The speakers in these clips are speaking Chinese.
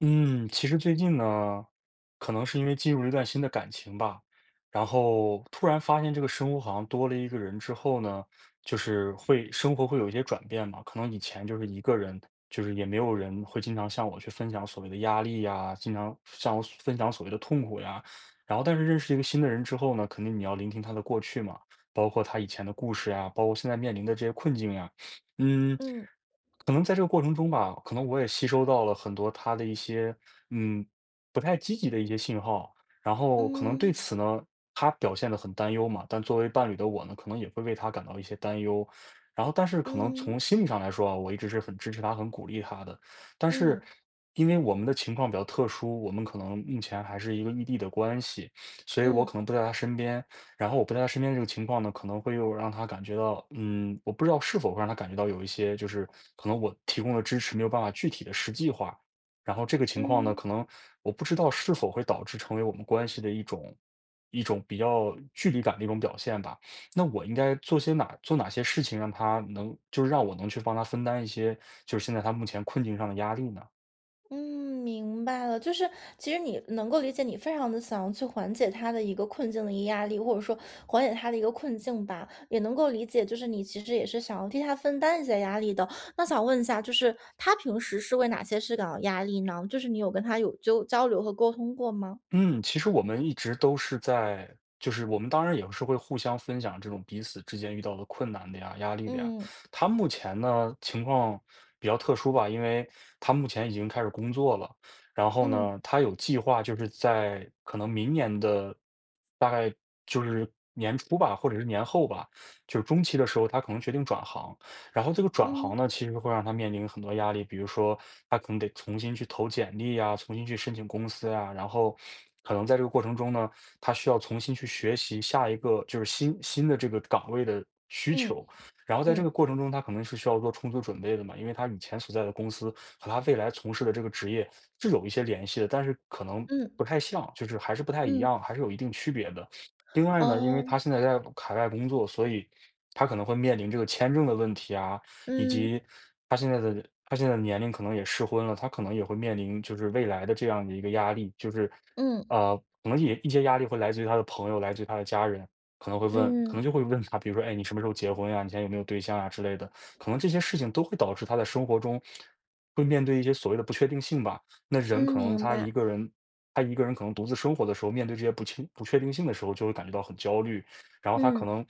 嗯，其实最近呢，可能是因为进入了一段新的感情吧，然后突然发现这个生活好像多了一个人之后呢，就是会生活会有一些转变嘛。可能以前就是一个人，就是也没有人会经常向我去分享所谓的压力呀，经常向我分享所谓的痛苦呀。然后，但是认识一个新的人之后呢，肯定你要聆听他的过去嘛，包括他以前的故事呀，包括现在面临的这些困境呀。嗯。嗯可能在这个过程中吧，可能我也吸收到了很多他的一些，嗯，不太积极的一些信号，然后可能对嗯此呢，他表现得很担忧嘛，但作为伴侣的我呢，可能也会为他感到一些担忧。然后但是可能嗯从心理上来说啊，我一直是很支持他、很鼓励他的。但嗯是因为我们的情况比较特殊，我们可能目前还是一个异地的关系，所以我嗯可能不在他身边。然后我不在他身边这个情况呢，可能会又让他感觉到，我不知道是否会让他感觉到有一些，就是可能我提供的支持没有办法具体的实际化，然后这个情况呢，嗯可能我不知道是否会导致成为我们关系的一种比较距离感的一种表现吧。那我应该做些哪些事情，让他能就是让我能去帮他分担一些，就是现在他目前困境上的压力呢？嗯，明白了。就是其实你能够理解，你非常的想要去缓解他的一个困境的一个压力，或者说缓解他的一个困境吧，也能够理解，就是你其实也是想要替他分担一些压力的。那想问一下，就是他平时是为哪些事感到压力呢？就是你有跟他有就交流和沟通过吗？嗯，其实我们一直都是在，就是我们当然也是会互相分享这种彼此之间遇到的困难的呀、压力的呀。嗯他目前呢情况比较特殊吧，因为他目前已经开始工作了，然后嗯呢，他有计划就是在可能明年的大概就是年初吧，或者是年后吧，就是中期的时候，他可能决定转行。然后这个转行嗯呢，其实会让他面临很多压力，比如说他可能得重新去投简历啊，重新去申请公司啊，然后可能在这个过程中呢，他需要重新去学习下一个就是新的这个岗位的需嗯求，然后在这嗯个过程中，他可能是需要做充足准备的嘛，因为他以前所在的公司和他未来从事的这个职业是有一些联系的，但是可能嗯不太像，就是还是不太一嗯，样，还是有一定区别的。另外呢，因为哦，他现在在海外工作，所以他可能会面临这个签证的问题啊，以嗯及他现在的年龄可能也适婚了，他可能也会面临就是未来的这样的一个压力，就是嗯呃，可能也一些压力会来自于他的朋友，来自于他的家人，可能会问，可能嗯就会问他，比如说，哎，你什么时候结婚呀？你现在有没有对象啊之类的，可能这些事情都会导致他在生活中会面对一些所谓的不确定性吧。那人嗯，可能明他白。一个人他一个人可能独自生活的时候，面对这些不确定性的时候，就会感觉到很焦虑。然后他可嗯，能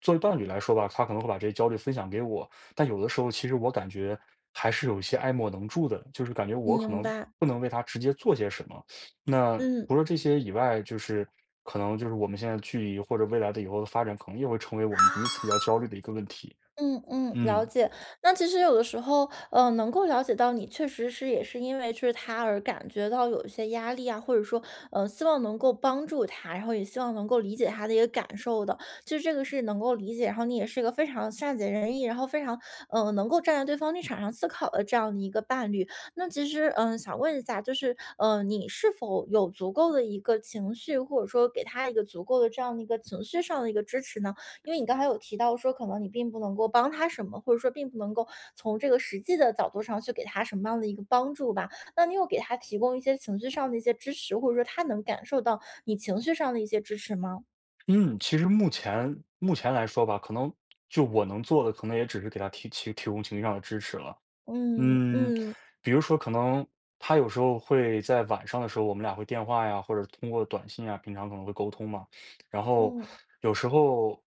作为伴侣来说吧，他可能会把这些焦虑分享给我，但有的时候其实我感觉还是有一些爱莫能助的，就是感觉我可明能白，不能为他直接做些什么。那嗯。除了这些以外，就是可能就是我们现在的距离或者未来的以后的发展，可能也会成为我们彼此比较焦虑的一个问题。嗯嗯，了嗯。解。那其实有的时候，能够了解到你确实是也是因为就是他而感觉到有一些压力啊，或者说，希望能够帮助他，然后也希望能够理解他的一个感受的，就是这个是能够理解。然后你也是一个非常善解人意，然后非常，能够站在对方立场上思考的这样的一个伴侣。那其实，想问一下，就是，你是否有足够的一个情绪，或者说给他一个足够的这样的一个情绪上的一个支持呢？因为你刚才有提到说，可能你并不能够帮他什么，或者说并不能够从这个实际的角度上去给他什么样的一个帮助吧。那你有给他提供一些情绪上的一些支持，或者说他能感受到你情绪上的一些支持吗？嗯，其实目前来说吧，可能就我能做的，可能也只是给他提供情绪上的支持了。嗯嗯，嗯比如说可能他有时候会在晚上的时候，我们俩会电话呀，或者通过短信啊，平常可能会沟通嘛。然后嗯有时候，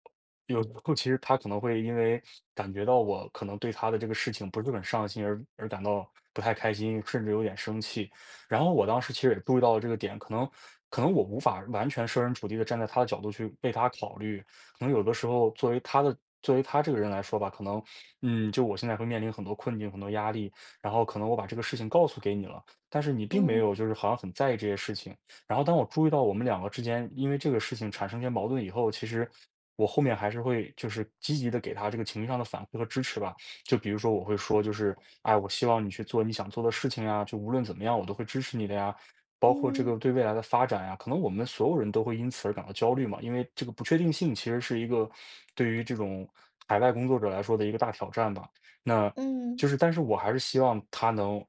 有时候其实他可能会因为感觉到我可能对他的这个事情不是很上心而感到不太开心，甚至有点生气。然后我当时其实也注意到了这个点，可能我无法完全设身处地的站在他的角度去为他考虑，可能有的时候作为他这个人来说吧，可能，嗯，就我现在会面临很多困境、很多压力，然后可能我把这个事情告诉给你了，但是你并没嗯有就是好像很在意这些事情。然后当我注意到我们两个之间因为这个事情产生一些矛盾以后，其实我后面还是会就是积极的给他这个情绪上的反馈和支持吧。就比如说我会说就是，哎，我希望你去做你想做的事情啊，就无论怎么样我都会支持你的呀。包括这个嗯对未来的发展呀，可能我们所有人都会因此而感到焦虑嘛，因为这个不确定性其实是一个对于这种海外工作者来说的一个大挑战吧。那嗯就是，但是我还是希望他能，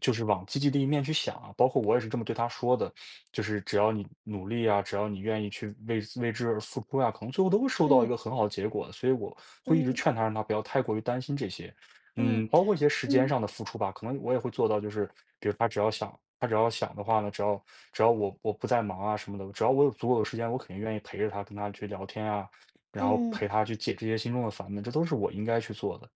就是往积极的一面去想啊。包括我也是这么对他说的，就是只要你努力啊，只要你愿意去为之而付出啊，可能最后都会收到一嗯个很好的结果的。所以我会一嗯直嗯劝他，让他不要太过于担心这些。嗯包括一些时间嗯。上的付出吧，可能我也会做到，就是比如他只要想的话呢，只要我不在忙啊什么的，只要我有足够的时间，我肯定愿意陪着他，跟他去聊天啊，然后陪嗯他去解这些心中的烦闷，这都是我应该去做的。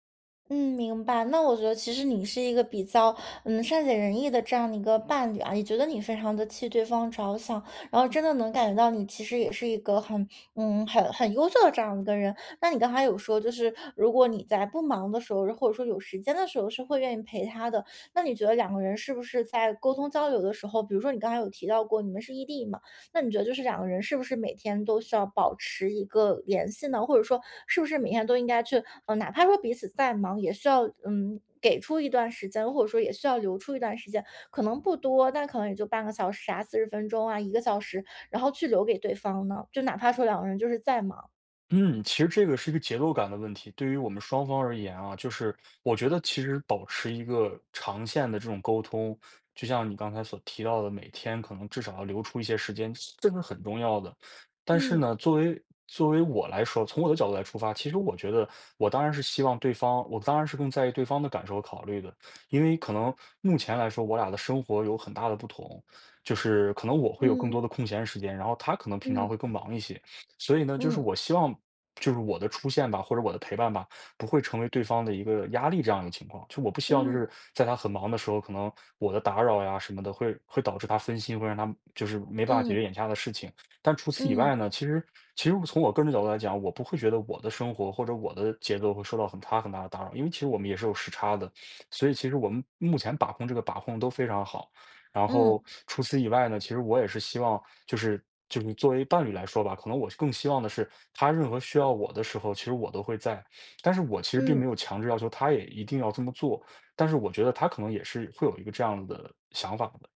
嗯，明白。那我觉得其实你是一个比较，善解人意的这样的一个伴侣啊，也觉得你非常的替对方着想，然后真的能感觉到你其实也是一个很，很优秀的这样一个人。那你刚才有说，就是如果你在不忙的时候，或者说有时间的时候，是会愿意陪他的。那你觉得两个人是不是在沟通交流的时候，比如说你刚才有提到过你们是异地嘛，那你觉得就是两个人是不是每天都需要保持一个联系呢？或者说是不是每天都应该去，哪怕说彼此再忙，也需要给出一段时间，或者说也需要留出一段时间，可能不多，但可能也就半个小时啊、40分钟啊、一个小时，然后去留给对方呢？就哪怕说两个人就是再忙，嗯，其实这个是一个节奏感的问题。对于我们双方而言啊，就是我觉得其实保持一个长线的这种沟通，就像你刚才所提到的，每天可能至少要留出一些时间，这是很重要的。但是嗯呢，作为我来说，从我的角度来出发，其实我觉得我当然是希望对方，我当然是更在意对方的感受和考虑的，因为可能目前来说，我俩的生活有很大的不同，就是可能我会有更多嗯的空闲时间，然后他可能平常会更嗯忙一些。所以呢，就是嗯我希望，就是我的出现吧，或者我的陪伴吧，不会成为对方的一个压力这样一个情况。就我不希望就嗯是在他很忙的时候，可能我的打扰呀什么的会导致他分心，会让他就是没办法解决嗯眼下的事情。但除此以嗯嗯外呢，其实从我个人的角度来讲，我不会觉得我的生活或者我的节奏会受到很大的打扰，因为其实我们也是有时差的，所以其实我们目前把控都非常好。然嗯后除此以外呢，其实我也是希望，就是作为伴侣来说吧，可能我更希望的是，他任何需要我的时候，其实我都会在。但是我其实并嗯。没有强制要求他也一定要这么做，但是我觉得他可能也是会有一个这样的想法的。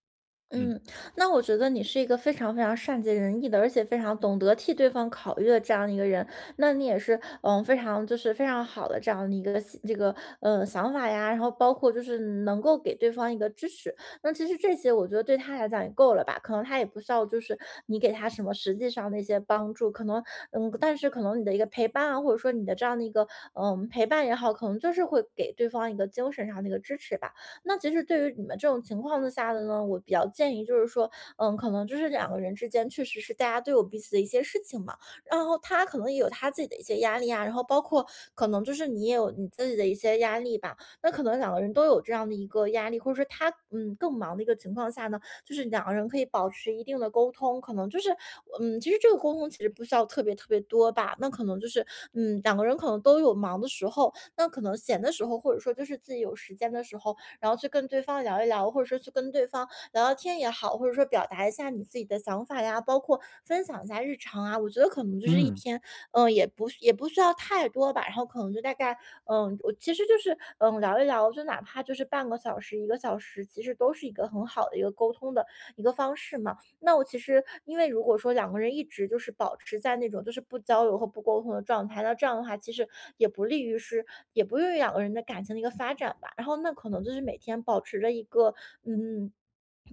嗯嗯，那我觉得你是一个非常非常善解人意的，而且非常懂得替对方考虑的这样的一个人。那你也是，非常就是非常好的这样的一个这个想法呀，然后包括就是能够给对方一个支持。那其实这些我觉得对他来讲也够了吧，可能他也不需要就是你给他什么实际上的一些帮助，可能但是可能你的一个陪伴啊，或者说你的这样的一个陪伴也好，可能就是会给对方一个精神上的一个支持吧。那其实对于你们这种情况下的呢，我比较建议就是说，可能就是两个人之间确实是大家都有彼此的一些事情嘛，然后他可能也有他自己的一些压力啊，然后包括可能就是你也有你自己的一些压力吧，那可能两个人都有这样的一个压力，或者说他更忙的一个情况下呢，就是两个人可以保持一定的沟通，可能就是其实这个沟通其实不需要特别特别多吧，那可能就是两个人可能都有忙的时候，那可能闲的时候，或者说就是自己有时间的时候，然后去跟对方聊一聊，或者说去跟对方聊聊天也好，或者说表达一下你自己的想法呀，包括分享一下日常啊。我觉得可能就是一嗯。天，也不需要太多吧，然后可能就大概，我其实就是聊一聊，就哪怕就是半个小时、一个小时，其实都是一个很好的一个沟通的一个方式嘛。那我其实因为如果说两个人一直就是保持在那种就是不交流和不沟通的状态，那这样的话其实也不利于是也不利于两个人的感情的一个发展吧。然后那可能就是每天保持着一个嗯。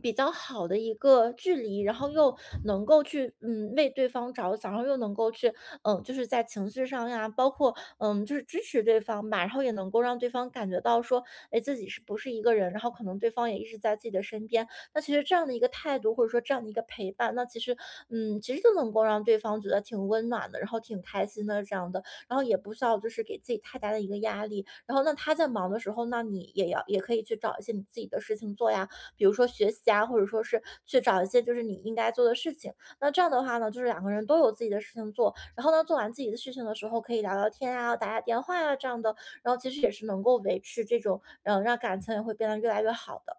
比较好的一个距离，然后又能够去为对方着想，然后又能够去就是在情绪上呀，包括就是支持对方吧，然后也能够让对方感觉到说，哎自己是不是一个人，然后可能对方也一直在自己的身边，那其实这样的一个态度，或者说这样的一个陪伴，那其实，其实就能够让对方觉得挺温暖的，然后挺开心的这样的，然后也不需要就是给自己太大的一个压力。然后那他在忙的时候，那你也要也可以去找一些你自己的事情做呀，比如说学习啊，或者说是去找一些就是你应该做的事情。那这样的话呢，就是两个人都有自己的事情做，然后呢，做完自己的事情的时候，可以聊聊天啊，打打电话啊这样的，然后其实也是能够维持这种，让感情也会变得越来越好的。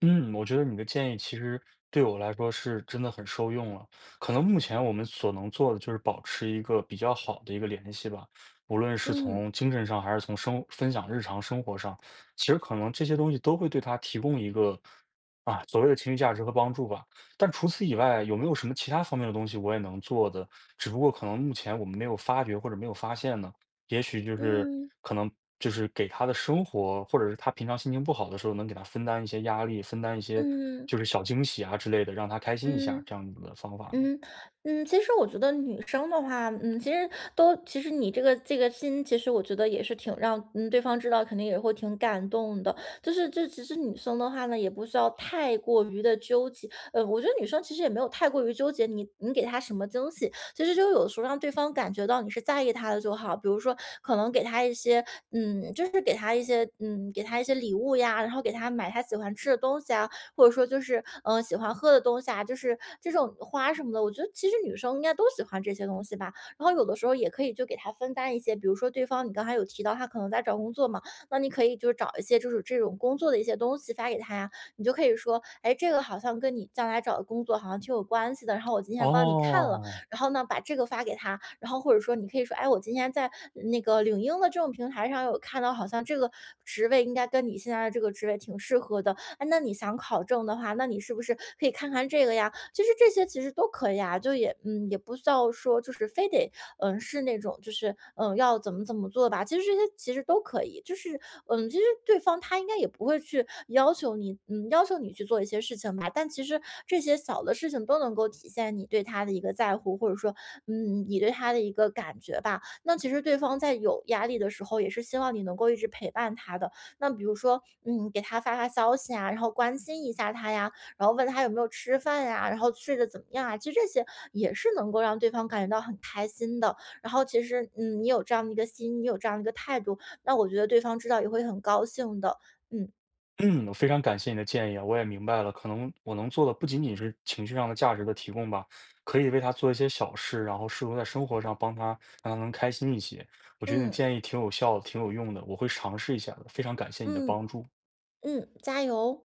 嗯，我觉得你的建议其实对我来说是真的很受用了。可能目前我们所能做的就是保持一个比较好的一个联系吧，无论是嗯。从精神上还是从生分享日常生活上，其实可能这些东西都会对他提供一个啊所谓的情绪价值和帮助吧。但除此以外，有没有什么其他方面的东西我也能做的？只不过可能目前我们没有发觉或者没有发现呢？也许就是嗯。可能就是给他的生活，或者是他平常心情不好的时候，能给他分担一些压力，分担一些嗯就是小惊喜啊之类的，让他开心一下，嗯这样子的方法呢？嗯嗯，其实我觉得女生的话，其实都，其实你这个心，其实我觉得也是挺让对方知道，肯定也会挺感动的。就是这其实女生的话呢，也不需要太过于的纠结。我觉得女生其实也没有太过于纠结你给她什么惊喜，其实就有时候让对方感觉到你是在意她的就好。比如说，可能给她一些就是给她一些给她一些礼物呀，然后给她买她喜欢吃的东西啊，或者说就是，喜欢喝的东西啊，就是这种花什么的，我觉得其实女生应该都喜欢这些东西吧。然后有的时候也可以就给她分担一些，比如说对方你刚才有提到他可能在找工作嘛，那你可以就是找一些就是这种工作的一些东西发给他呀，你就可以说，哎，这个好像跟你将来找的工作好像挺有关系的，然后我今天帮你看了，哦，然后呢把这个发给他，然后或者说你可以说，哎，我今天在那个领英的这种平台上有看到，好像这个职位应该跟你现在的这个职位挺适合的，哎，那你想考证的话，那你是不是可以看看这个呀？其实这些其实都可以啊，就也也不需要说就是非得是那种就是要怎么怎么做吧。其实这些其实都可以，就是其实对方他应该也不会去要求你，要求你去做一些事情吧。但其实这些小的事情都能够体现你对他的一个在乎，或者说你对他的一个感觉吧。那其实对方在有压力的时候，也是希望你能够一直陪伴他的，那比如说，给他发发消息啊，然后关心一下他呀，然后问他有没有吃饭呀，然后睡得怎么样啊，其实这些也是能够让对方感觉到很开心的。然后其实，你有这样的一个心，你有这样的一个态度，那我觉得对方知道也会很高兴的。嗯嗯，我非常感谢你的建议啊，我也明白了，可能我能做的不仅仅是情绪上的价值的提供吧，可以为他做一些小事，然后试图在生活上帮他，让他能开心一些。我觉得你的嗯建议挺有效的，挺有用的，我会尝试一下的，非常感谢你的嗯帮助。嗯，加油！